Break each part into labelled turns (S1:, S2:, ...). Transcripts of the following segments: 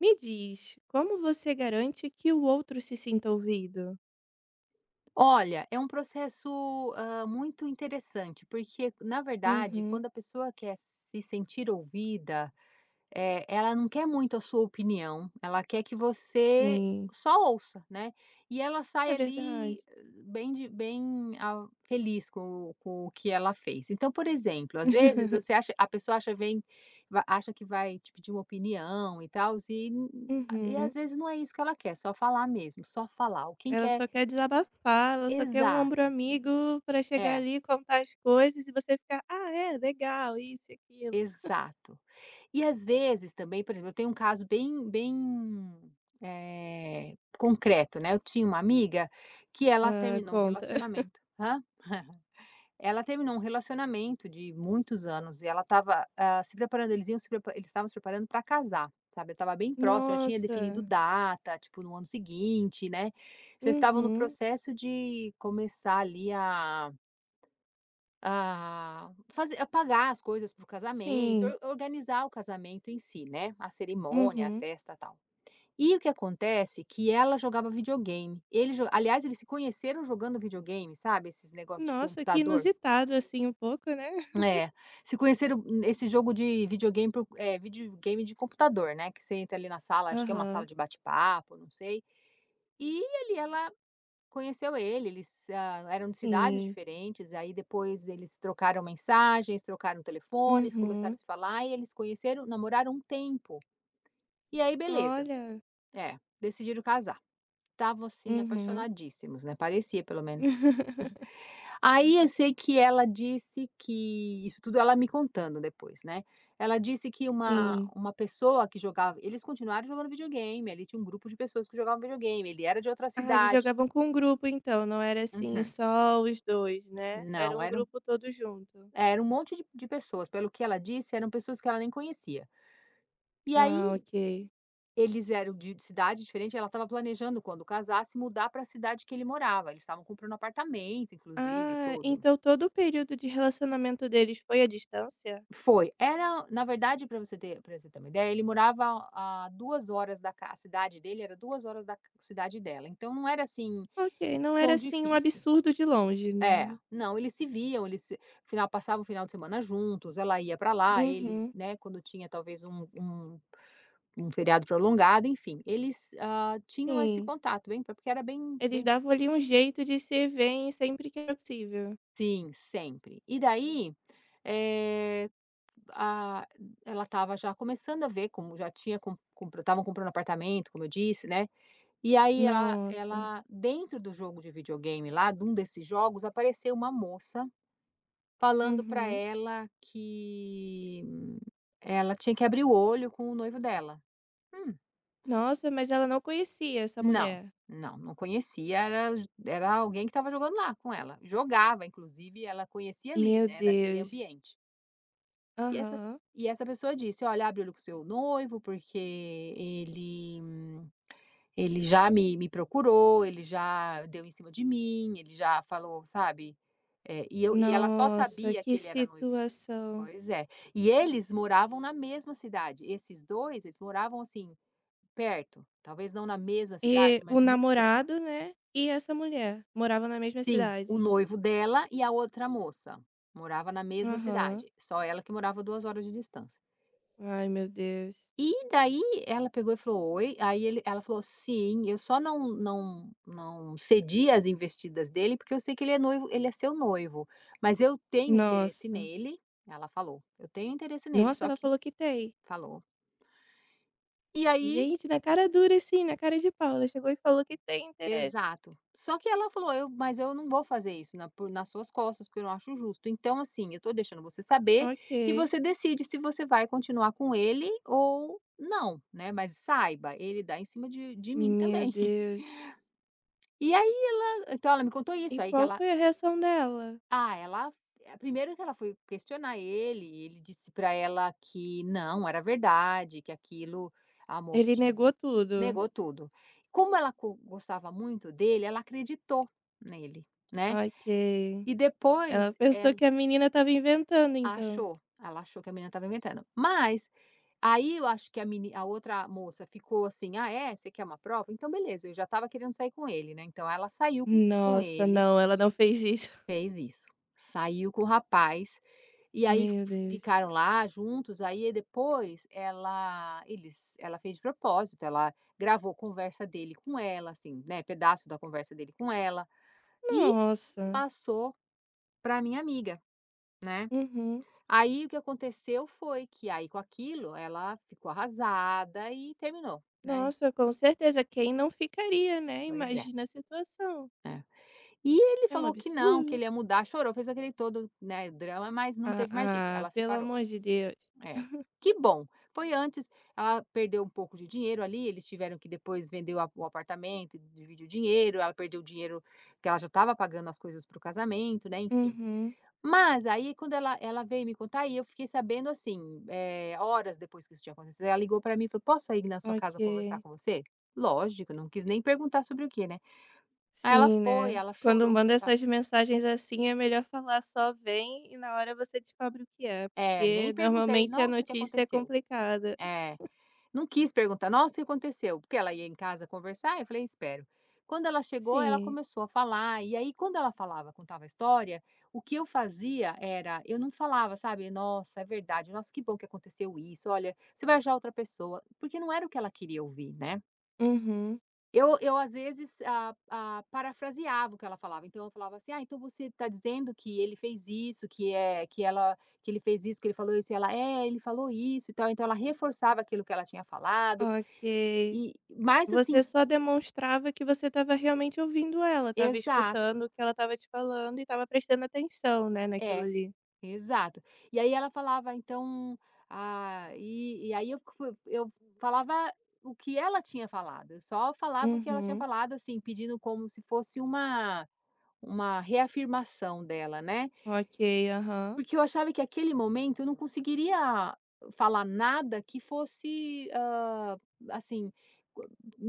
S1: Me diz, como você garante que o outro se sinta ouvido?
S2: Olha, é um processo, muito interessante, porque, na verdade,
S1: Uhum,
S2: quando a pessoa quer se sentir ouvida, ela não quer muito a sua opinião, ela quer que você
S1: sim,
S2: só ouça, né. E ela sai
S1: é verdade.
S2: ali bem a feliz com o que ela fez. Então, por exemplo, às vezes você acha a pessoa acha vem va acha que vai te pedir uma opinião e tal, e
S1: Uhum.
S2: às vezes não é isso que ela quer, só falar mesmo, só falar. O quem
S1: Ela
S2: quer
S1: só quer desabafar, ela só quer um ombro
S2: Exato.
S1: amigo para chegar
S2: É,
S1: ali, e contar as coisas e você ficar: "Ah, é, legal, isso e aquilo".
S2: exato. E às vezes também, por exemplo, eu tenho um caso bem, concreto, né, eu tinha uma amiga que ela
S1: Hã,
S2: terminou um
S1: conta.
S2: relacionamento. Hã? Ela terminou um relacionamento de muitos anos e ela estava, se preparando, eles estavam se preparando para casar, sabe, eu estava bem próximo, já tinha definido
S1: Nossa.
S2: data, tipo, no ano seguinte, né, já estavam no
S1: Uhum.
S2: processo de começar ali a pagar as coisas para o casamento,
S1: Sim.
S2: or organizar o casamento em si, né, a cerimônia, a
S1: Uhum.
S2: festa, tal. E o que acontece que ela jogava videogame, ele jo aliás, eles se conheceram jogando videogame, sabe, esses negócios de
S1: Nossa, que
S2: computador.
S1: inusitado, assim, um pouco, né.
S2: É, se conheceram esse jogo de videogame por videogame de computador, né, que você entra ali na sala, acho que é uma sala
S1: Aham.
S2: de bate-papo, não sei. E ele ela conheceu ele, eles, eram de cidades
S1: Sim.
S2: diferentes, aí depois eles trocaram mensagens, trocaram telefones, começaram a
S1: Uhum.
S2: se falar e eles conheceram, namoraram um tempo. E aí beleza,
S1: Olha.
S2: é, decidiram casar. Estavam, assim,
S1: Uhum.
S2: apaixonadíssimos, né, parecia pelo menos. Aí eu sei que ela disse que isso tudo ela me contando depois, né, ela disse que uma
S1: Sim.
S2: uma pessoa que jogava eles continuaram jogando videogame, ali tinha um grupo de pessoas que jogavam videogame, ele era de outra
S1: Ah, eles
S2: cidade.
S1: jogavam com um grupo então, não era assim
S2: Uhum.
S1: só os dois, né, era
S2: Não,
S1: um grupo todo junto.
S2: era um monte de pessoas, pelo que ela disse, eram pessoas que ela nem conhecia. E
S1: Ah,
S2: aí,
S1: ok.
S2: eles eram de cidade diferente, ela estava planejando, quando casasse, mudar para a cidade que ele morava, eles estavam comprando apartamento, inclusive, e
S1: Ah,
S2: tudo.
S1: então todo o período de relacionamento deles foi à distância?
S2: Foi, era na verdade, para você ter uma ideia, ele morava a 2 horas da ca a cidade dele era 2 horas da cidade dela, então não era, assim,
S1: Ok, não era
S2: tão
S1: assim um
S2: difícil.
S1: absurdo de longe, né.
S2: É, não, eles se viam, eles se final passavam o final de semana juntos, ela ia para lá, ele,
S1: Uhum,
S2: né, quando tinha talvez um feriado prolongado, enfim, eles, tinham esse
S1: sim.
S2: contato bem porque era bem
S1: Eles
S2: bem
S1: davam ali um jeito de se verem sempre que era possível.
S2: sim, sempre. E daí, eh, a ela estava já começando a ver como já tinha com estavam comprando apartamento, como eu disse, né, e aí ela
S1: Nossa.
S2: ela dentro do jogo de videogame lá, de um desses jogos, apareceu uma moça falando para
S1: Uhum.
S2: ela que ela tinha que abrir o olho com o noivo dela. Hum.
S1: Nossa, mas ela não conhecia essa
S2: Não,
S1: mulher?
S2: não, não conhecia, era j era alguém que estava jogando lá com ela. Jogava, inclusive, ela conhecia ali,
S1: Meu
S2: né, daquele
S1: Deus.
S2: ambiente. E essa
S1: Aham.
S2: e essa pessoa disse: "Olha, abre o olho com o seu noivo, porque ele ele já me procurou, ele já deu em cima de mim, ele já falou", sabe. E ela só
S1: Nossa,
S2: sabia
S1: que
S2: que ele era noivo.
S1: situação.
S2: Pois é. E eles moravam na mesma cidade. Esses 2 eles moravam, assim, perto. Talvez não na mesma
S1: E
S2: cidade,
S1: o
S2: mas muito perto.
S1: namorado, né, e essa mulher, morava na mesma
S2: Sim, o
S1: cidade.
S2: noivo dela e a outra moça. Morava na mesma
S1: Aham.
S2: cidade. Só ela que morava a 2 horas de distância.
S1: Ai, meu Deus.
S2: E daí ela pegou e falou: "Oi". Aí ele Ela falou: "Sim, eu só não, não, não cedi às investidas dele, porque eu sei que ele é noivo, ele é seu noivo, mas eu tenho interesse
S1: Nossa.
S2: nele". Ela falou: "Eu tenho interesse nele",
S1: Nossa,
S2: só
S1: ela
S2: que
S1: falou que tem.
S2: falou. E aí
S1: Gente, na cara dura, assim, na cara de pau, ela chegou e falou que tem interesse.
S2: exato. Só que ela falou: "Eu, mas eu não vou fazer isso na por nas suas costas, porque eu não acho justo. Então, assim, eu tô deixando você saber e
S1: Ok.
S2: você decide se você vai continuar com ele ou não, né, mas saiba, ele dá em cima de mim
S1: Meu
S2: também".
S1: Deus.
S2: E aí então ela me contou isso,
S1: E
S2: aí que
S1: qual
S2: ela
S1: foi a reação dela?
S2: ah, ela primeiro que ela foi questionar ele, e ele disse pra ela que não, era verdade, que aquilo a moça
S1: Ele
S2: tinha
S1: negou tudo.
S2: negou tudo. Como ela co gostava muito dele, ela acreditou nele, né.
S1: Ok.
S2: E
S1: Ela
S2: depois
S1: pensou que a menina estava inventando, então.
S2: ela achou que a menina estava inventando. Mas, aí eu acho que a outra moça ficou assim: "Ah é? Você quer uma prova? Então beleza", eu já estava querendo sair com ele, né, então ela saiu com
S1: Nossa,
S2: ele.
S1: não, ela não fez isso.
S2: Fez isso. Saiu com o rapaz, e aí
S1: Meu Deus.
S2: ficaram lá juntos, aí depois ela fez de propósito, ela gravou conversa dele com ela, assim, né, pedaço da conversa dele com ela, e
S1: Nossa.
S2: passou pra minha amiga, né.
S1: Uhum.
S2: Aí o que aconteceu foi que aí com aquilo ela ficou arrasada e terminou, né.
S1: Nossa, com certeza, quem não ficaria, né,
S2: Pois é,
S1: imagina a situação.
S2: é. E ele
S1: É um
S2: falou que não, que
S1: absurdo.
S2: ele ia mudar, chorou, fez aquele todo, né, drama, mas não
S1: Ah
S2: teve mais jeito,
S1: ah,
S2: ela
S1: pelo
S2: separou.
S1: amor de Deus.
S2: É. Que bom. Foi antes, ela perdeu um pouco de dinheiro ali, eles tiveram que depois vender o apartamento e dividir o dinheiro, ela perdeu o dinheiro que ela já estava pagando as coisas para o casamento, né, enfim.
S1: Uhum,
S2: Mas aí quando ela veio me contar e eu fiquei sabendo, assim, horas depois que isso tinha acontecido, ela ligou para mim e falou: "Posso ir na sua casa conversar
S1: ok.
S2: com você?" Lógico, não quis nem perguntar sobre o que, né. Aí ela
S1: Sim,
S2: foi,
S1: né.
S2: ela
S1: Quando
S2: chorou
S1: manda
S2: contava.
S1: essas mensagens assim é melhor falar só vem e na hora você descobre o que é,
S2: É,
S1: porque
S2: nem perguntei:
S1: normalmente a
S2: "Nossa, o que
S1: notícia é
S2: aconteceu?"
S1: complicada.
S2: É. Não quis perguntar: "Nossa, o que aconteceu?", porque ela ia em casa conversar, eu falei: "Espero". Quando ela chegou, ela
S1: Sim.
S2: começou a falar, e aí quando ela falava, contava a história, o que eu fazia era, eu não falava, sabe: "Nossa, é verdade, nossa, que bom que aconteceu isso, olha, você vai achar outra pessoa", porque não era o que ela queria ouvir, né.
S1: Uhum,
S2: Eu às vezes, parafraseava o que ela falava, então eu falava assim: "Ah, então você tá dizendo que ele fez isso, que ele fez isso, que ele falou isso", e ela: "É, ele falou isso e tal", então ela reforçava aquilo que ela tinha falado,
S1: ok.
S2: e mais assim
S1: Você só demonstrava que você estava realmente ouvindo ela, estava
S2: exato,
S1: escutando o que ela estava te falando e estava prestando atenção, né, naquilo
S2: é,
S1: ali.
S2: exato. E aí ela falava então, ah, aí eu falava o que ela tinha falado, eu só falava o que ela tinha
S1: Uhum.
S2: falado, assim, pedindo como se fosse uma reafirmação dela, né.
S1: Ok, aham.
S2: Porque eu achava que aquele momento eu não conseguiria falar nada que fosse, assim,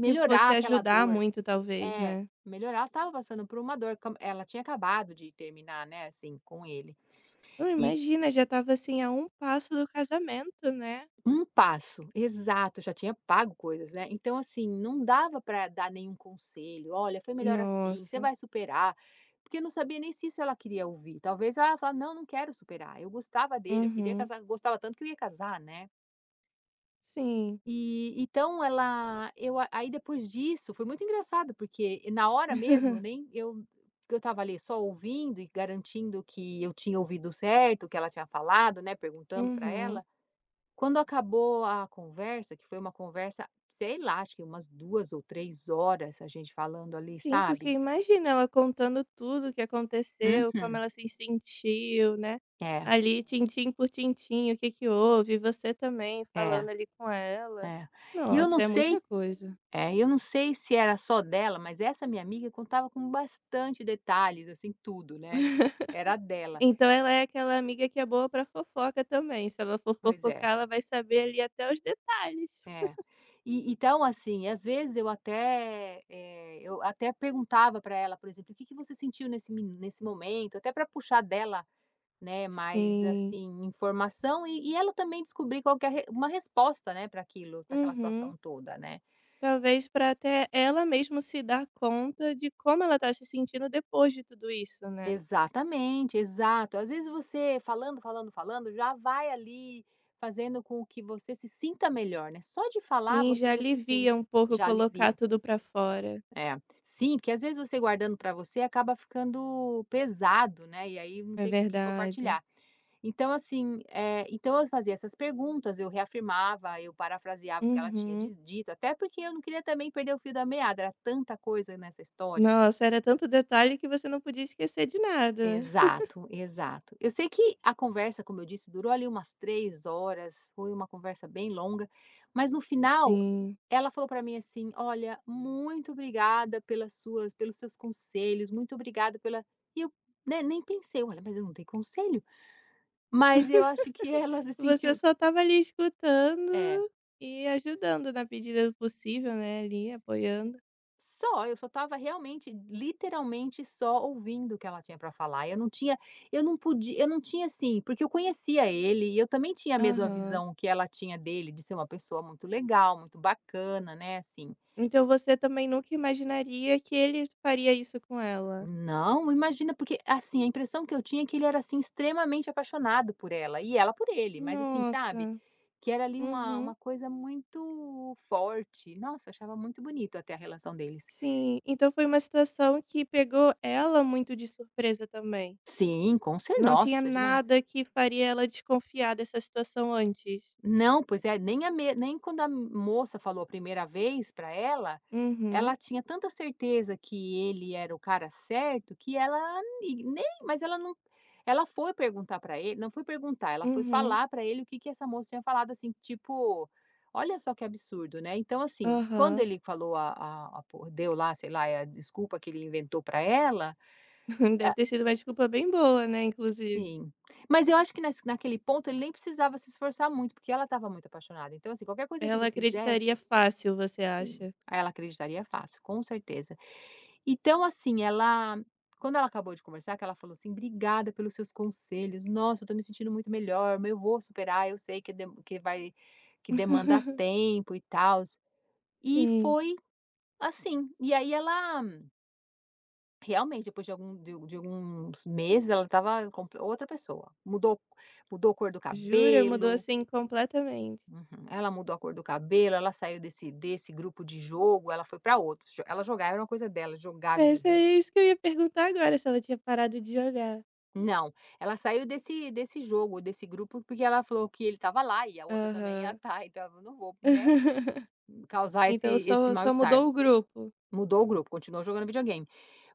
S1: Que fosse
S2: aquela
S1: ajudar
S2: dor.
S1: muito talvez,
S2: É,
S1: né.
S2: melhorar, ela estava passando por uma dor, como ela tinha acabado de terminar, né, assim, com ele.
S1: Não,
S2: E
S1: imagina, já estava, assim, a um passo do casamento, né.
S2: um passo, exato, já tinha pago coisas, né. Então, assim, não dava para dar nenhum conselho: "Olha, foi melhor assim, você
S1: Nossa.
S2: vai superar", porque eu não sabia nem se isso ela queria ouvir. Talvez ela ia "Não, não quero superar, eu gostava dele, eu queria
S1: Uhum.
S2: casar", gostava tanto que eu ia casar, né.
S1: Sim.
S2: E então ela eu a aí depois disso foi muito engraçado, porque na hora mesmo eu nem eu porque eu estava ali só ouvindo e garantindo que eu tinha ouvido certo o que ela tinha falado, né, perguntando para
S1: Uhum.
S2: ela. Quando acabou a conversa, que foi uma conversa, sei lá, acho que umas 2 ou 3 horas a gente falando ali,
S1: Sim, porque
S2: sabe?
S1: imagina ela contando tudo o que aconteceu, como
S2: Uhum.
S1: ela se sentiu, né,
S2: É,
S1: ali tintim por tintim, o que que houve, e você também falando
S2: é,
S1: ali com ela.
S2: é. E eu não
S1: Nossa, é
S2: sei
S1: muita coisa.
S2: É, eu não sei se era só dela, mas essa minha amiga contava com bastante detalhes, assim, tudo, né. Era dela.
S1: Então ela é aquela amiga que é boa pra fofoca também, se ela for
S2: Pois é,
S1: fofocar, ela vai saber ali até os detalhes.
S2: é. E então, assim, às vezes eu até, perguntava para ela, por exemplo: "O que que você sentiu nesse momento?", até para puxar dela, né, mais,
S1: Sim.
S2: assim, informação e ela também descobrir qual que é a re uma resposta, né, para aquilo, para aquela
S1: Uhum.
S2: situação toda, né.
S1: Talvez pra até ela mesma se dar conta de como ela tá se sentindo depois de tudo isso, né.
S2: Exatamente, exato. Às vezes você falando, falando, falando, já vai ali fazendo com que você se sinta melhor, né? Só de falar
S1: Sim, já
S2: você já se
S1: alivia
S2: sente,
S1: um pouco
S2: já
S1: colocar
S2: alivia.
S1: tudo pra fora.
S2: É, sim, porque às vezes você guardando para você acaba ficando pesado, né? E aí não
S1: É
S2: tem com quem
S1: verdade.
S2: compartilhar. Então, assim, é, então eu fazia essas perguntas, eu reafirmava, eu parafraseava o que ela tinha
S1: Uhum.
S2: dito, até porque eu não queria também perder o fio da meada, era tanta coisa nessa história.
S1: Nossa, era tanto detalhe que você não podia esquecer de nada.
S2: Exato, exato. Eu sei que a conversa, como eu disse, durou ali umas 3 horas, foi uma conversa bem longa, mas no final
S1: Sim.
S2: ela falou para mim assim: "Olha, muito obrigada pelas suas pelos seus conselhos, muito obrigada pela" e eu, né, nem pensei: "Olha, mas eu não dei conselho?". Mas eu acho que ela se
S1: Você
S2: sentiu
S1: só estava ali escutando
S2: é.
S1: e ajudando na medida do possível, né, ali apoiando.
S2: Só, eu só estava realmente, literalmente só ouvindo o que ela tinha para falar, eu não podia, eu não tinha assim, porque eu conhecia ele e eu também tinha a mesma
S1: Aham.
S2: visão que ela tinha dele, de ser uma pessoa muito legal, muito bacana, né, assim.
S1: Então você também nunca imaginaria que ele faria isso com ela?
S2: Não, imagina, porque, assim, a impressão que eu tinha é que ele era, assim, extremamente apaixonado por ela e ela por ele, mas assim, sabe,
S1: Nossa.
S2: que era ali uma
S1: Uhum,
S2: uma coisa muito forte. Nossa, eu achava muito bonito até a relação deles.
S1: sim. Então foi uma situação que pegou ela muito de surpresa também.
S2: Sim, com cer
S1: Não tinha
S2: nossa, demais.
S1: nada que faria ela desconfiar dessa situação antes.
S2: Não, pois é, nem quando a moça falou a primeira vez para ela,
S1: Uhum,
S2: ela tinha tanta certeza que ele era o cara certo, que ela ni nem mas ela não ela foi perguntar para ele não foi perguntar, ela foi
S1: uhum,
S2: falar para ele o que que essa moça tinha falado, assim, tipo, olha só que absurdo, né. Então, assim, quando
S1: aham.
S2: ele falou a po deu lá, sei lá, a desculpa que ele inventou para ela,
S1: Deve
S2: a
S1: ter sido uma desculpa bem boa, né, inclusive.
S2: sim. Mas eu acho que nesse naquele ponto ele nem precisava se esforçar muito, porque ela estava muito apaixonada. Então, assim, qualquer coisa que
S1: Ela
S2: ele
S1: acreditaria
S2: fizesse.
S1: fácil, você
S2: Sim.
S1: acha?
S2: Ah, ela acreditaria fácil, com certeza. Então, assim, ela, quando ela acabou de conversar, que ela falou assim: "Obrigada pelos seus conselhos. Nossa, eu tô me sentindo muito melhor, mas eu vou superar, eu sei que de que vai, que demanda tempo e tal." E
S1: Sim.
S2: foi assim. E aí ela realmente depois de algum de alguns meses, ela estava comple outra pessoa. Mudou a cor do
S1: Jura? Mudou,
S2: cabelo.
S1: assim, completamente.
S2: Uhum. Ela mudou a cor do cabelo, ela saiu desse grupo de jogo, ela foi para outro Jo ela jogava, era uma coisa dela, jogar
S1: Mas é
S2: videogame.
S1: isso que eu ia perguntar agora, se ela tinha parado de jogar.
S2: Não, ela saiu desse jogo, desse grupo, porque ela falou que ele estava lá e a outra também ia
S1: Aham.
S2: estar, então eu: "Não vou, né, causar esse
S1: Então
S2: esse
S1: só
S2: mal-estar."
S1: mudou o grupo.
S2: Mudou o grupo, continuou jogando videogame.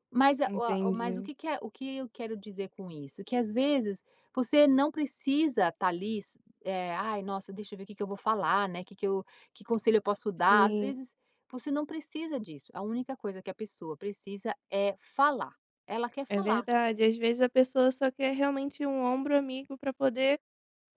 S2: Mas o
S1: Entendi.
S2: que que é o que eu quero dizer com isso? Que às vezes você não precisa estar ali, "Ai, nossa, deixa eu ver o que que eu vou falar, né, que conselho eu posso dar?". Às
S1: Sim,
S2: vezes você não precisa disso, a única coisa que a pessoa precisa é falar. Ela quer
S1: é
S2: falar.
S1: verdade. Às vezes a pessoa só quer realmente um ombro amigo para poder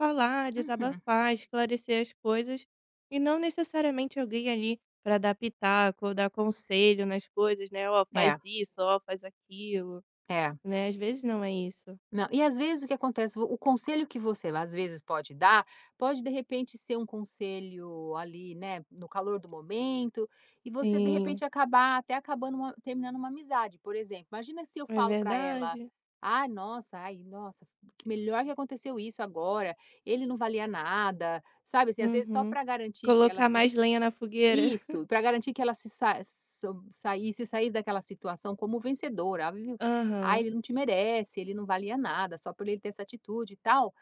S1: falar,
S2: Uhum.
S1: desabafar, esclarecer as coisas e não necessariamente alguém ali para dar pitaco ou dar conselho nas coisas, né? Ó, faz
S2: É,
S1: isso, ó, faz aquilo,
S2: é.
S1: né? Às vezes não é isso.
S2: Não, e às vezes o que acontece, o conselho que você às vezes pode dar, pode de repente ser um conselho ali, né, no calor do momento, e você de
S1: Sim,
S2: repente acabar até acabando uma- terminando uma amizade, por exemplo. Imagina se eu
S1: é
S2: falo para ela:
S1: verdade.
S2: "Ah, nossa, ai, nossa, que melhor que aconteceu isso agora, ele não valia nada", sabe? Assim, às vezes só
S1: Uhum.
S2: para garantir que ela
S1: Colocar
S2: se
S1: mais lenha na fogueira.
S2: isso, para garantir que ela se sa so saísse saísse daquela situação como vencedora. Ela viu: "Ah,
S1: Aham,
S2: ele não te merece, ele não valia nada só por ele ter essa atitude e tal".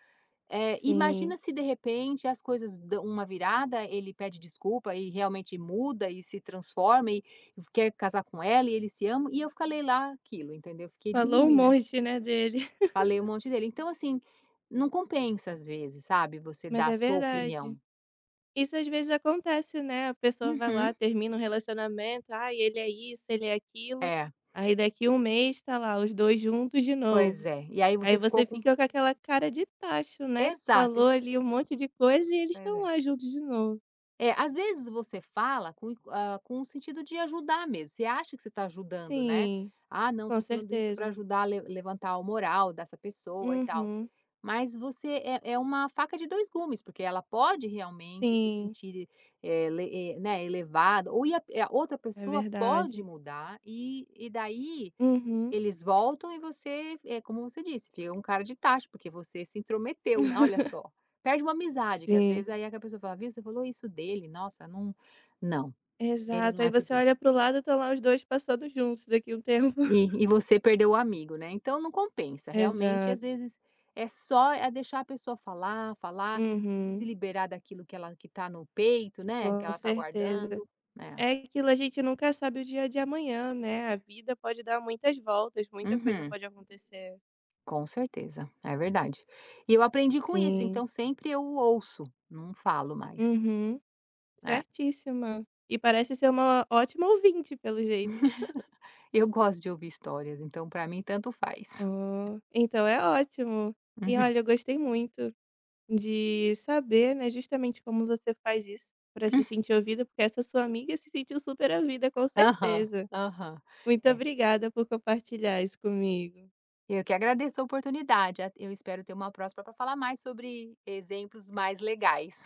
S2: Eh,
S1: sim.
S2: imagina se de repente as coisas dão uma virada, ele pede desculpa e realmente muda e se transforma e quer casar com ela e eles se amam, e eu falei lá aquilo, entendeu? Fiquei de
S1: Falou um
S2: ruim, né,
S1: monte, né, dele.
S2: falei um monte dele. Então assim, não compensa às vezes, sabe, você
S1: Mas
S2: dar a
S1: é
S2: sua
S1: verdade.
S2: opinião.
S1: Isso às vezes acontece, né, a pessoa vai
S2: Uhum.
S1: lá, termina um relacionamento, "Ai, ele é isso, ele é aquilo",
S2: É,
S1: aí daqui um mês tá lá os 2 juntos de
S2: pois
S1: novo.
S2: é. E aí
S1: Aí
S2: você ficou
S1: você
S2: com.
S1: fica com aquela cara de tacho, né, que
S2: Exato. E
S1: falou ali um monte de coisa e eles
S2: pois
S1: estão
S2: é.
S1: lá juntos de novo.
S2: É, às vezes você fala com, ah, com o sentido de ajudar mesmo. Você acha que você está ajudando, né?
S1: Sim,
S2: Ah, não,
S1: com
S2: estou falando isso para
S1: certeza.
S2: ajudar a levantar o moral dessa pessoa e tal.
S1: Uhum.
S2: Mas você é, é uma faca de dois gumes, porque ela pode realmente se
S1: Sim,
S2: sentir, né, elevada, ou a outra
S1: é
S2: pessoa pode
S1: verdade.
S2: mudar, e daí
S1: Uhum.
S2: eles voltam e você, é, como você disse, fica um cara de tacho, porque você se intrometeu, né? Olha só. Perde uma amizade, que às
S1: Sim,
S2: vezes aí é a pessoa fala: "Viu, você falou isso dele, nossa, não, ele
S1: exato.
S2: não
S1: Aí
S2: é
S1: você
S2: tudo isso".
S1: olha pro lado, estão lá os 2 passando juntos daqui um tempo.
S2: E você perdeu o amigo, né, então não compensa, realmente, às
S1: Exato.
S2: vezes é só deixar a pessoa falar, falar, se
S1: Uhum.
S2: liberar daquilo que tá no peito, né, que
S1: Com
S2: ela tá
S1: certeza.
S2: guardando. Né.
S1: É aquilo, a gente nunca sabe o dia de amanhã, né, a vida pode dar muitas voltas, muita coisa
S2: Uhum.
S1: pode acontecer.
S2: Com certeza, é verdade. E eu aprendi com isso,
S1: Sim.
S2: então sempre eu ouço, não falo mais.
S1: Uhum.
S2: É.
S1: Certíssima. E parece ser uma ótima ouvinte, pelo jeito.
S2: Eu gosto de ouvir histórias, então pra mim tanto faz.
S1: Oh, então é ótimo. E
S2: Uhum.
S1: olha, eu gostei muito de saber, né, justamente como você faz isso para se sentir ouvida, porque essa sua amiga se sentiu super ouvida, com
S2: Aham,
S1: certeza.
S2: aham.
S1: Muito
S2: É,
S1: obrigada por compartilhar isso comigo.
S2: eu que agradeço a oportunidade, a eu espero ter uma próxima para falar mais sobre exemplos mais legais.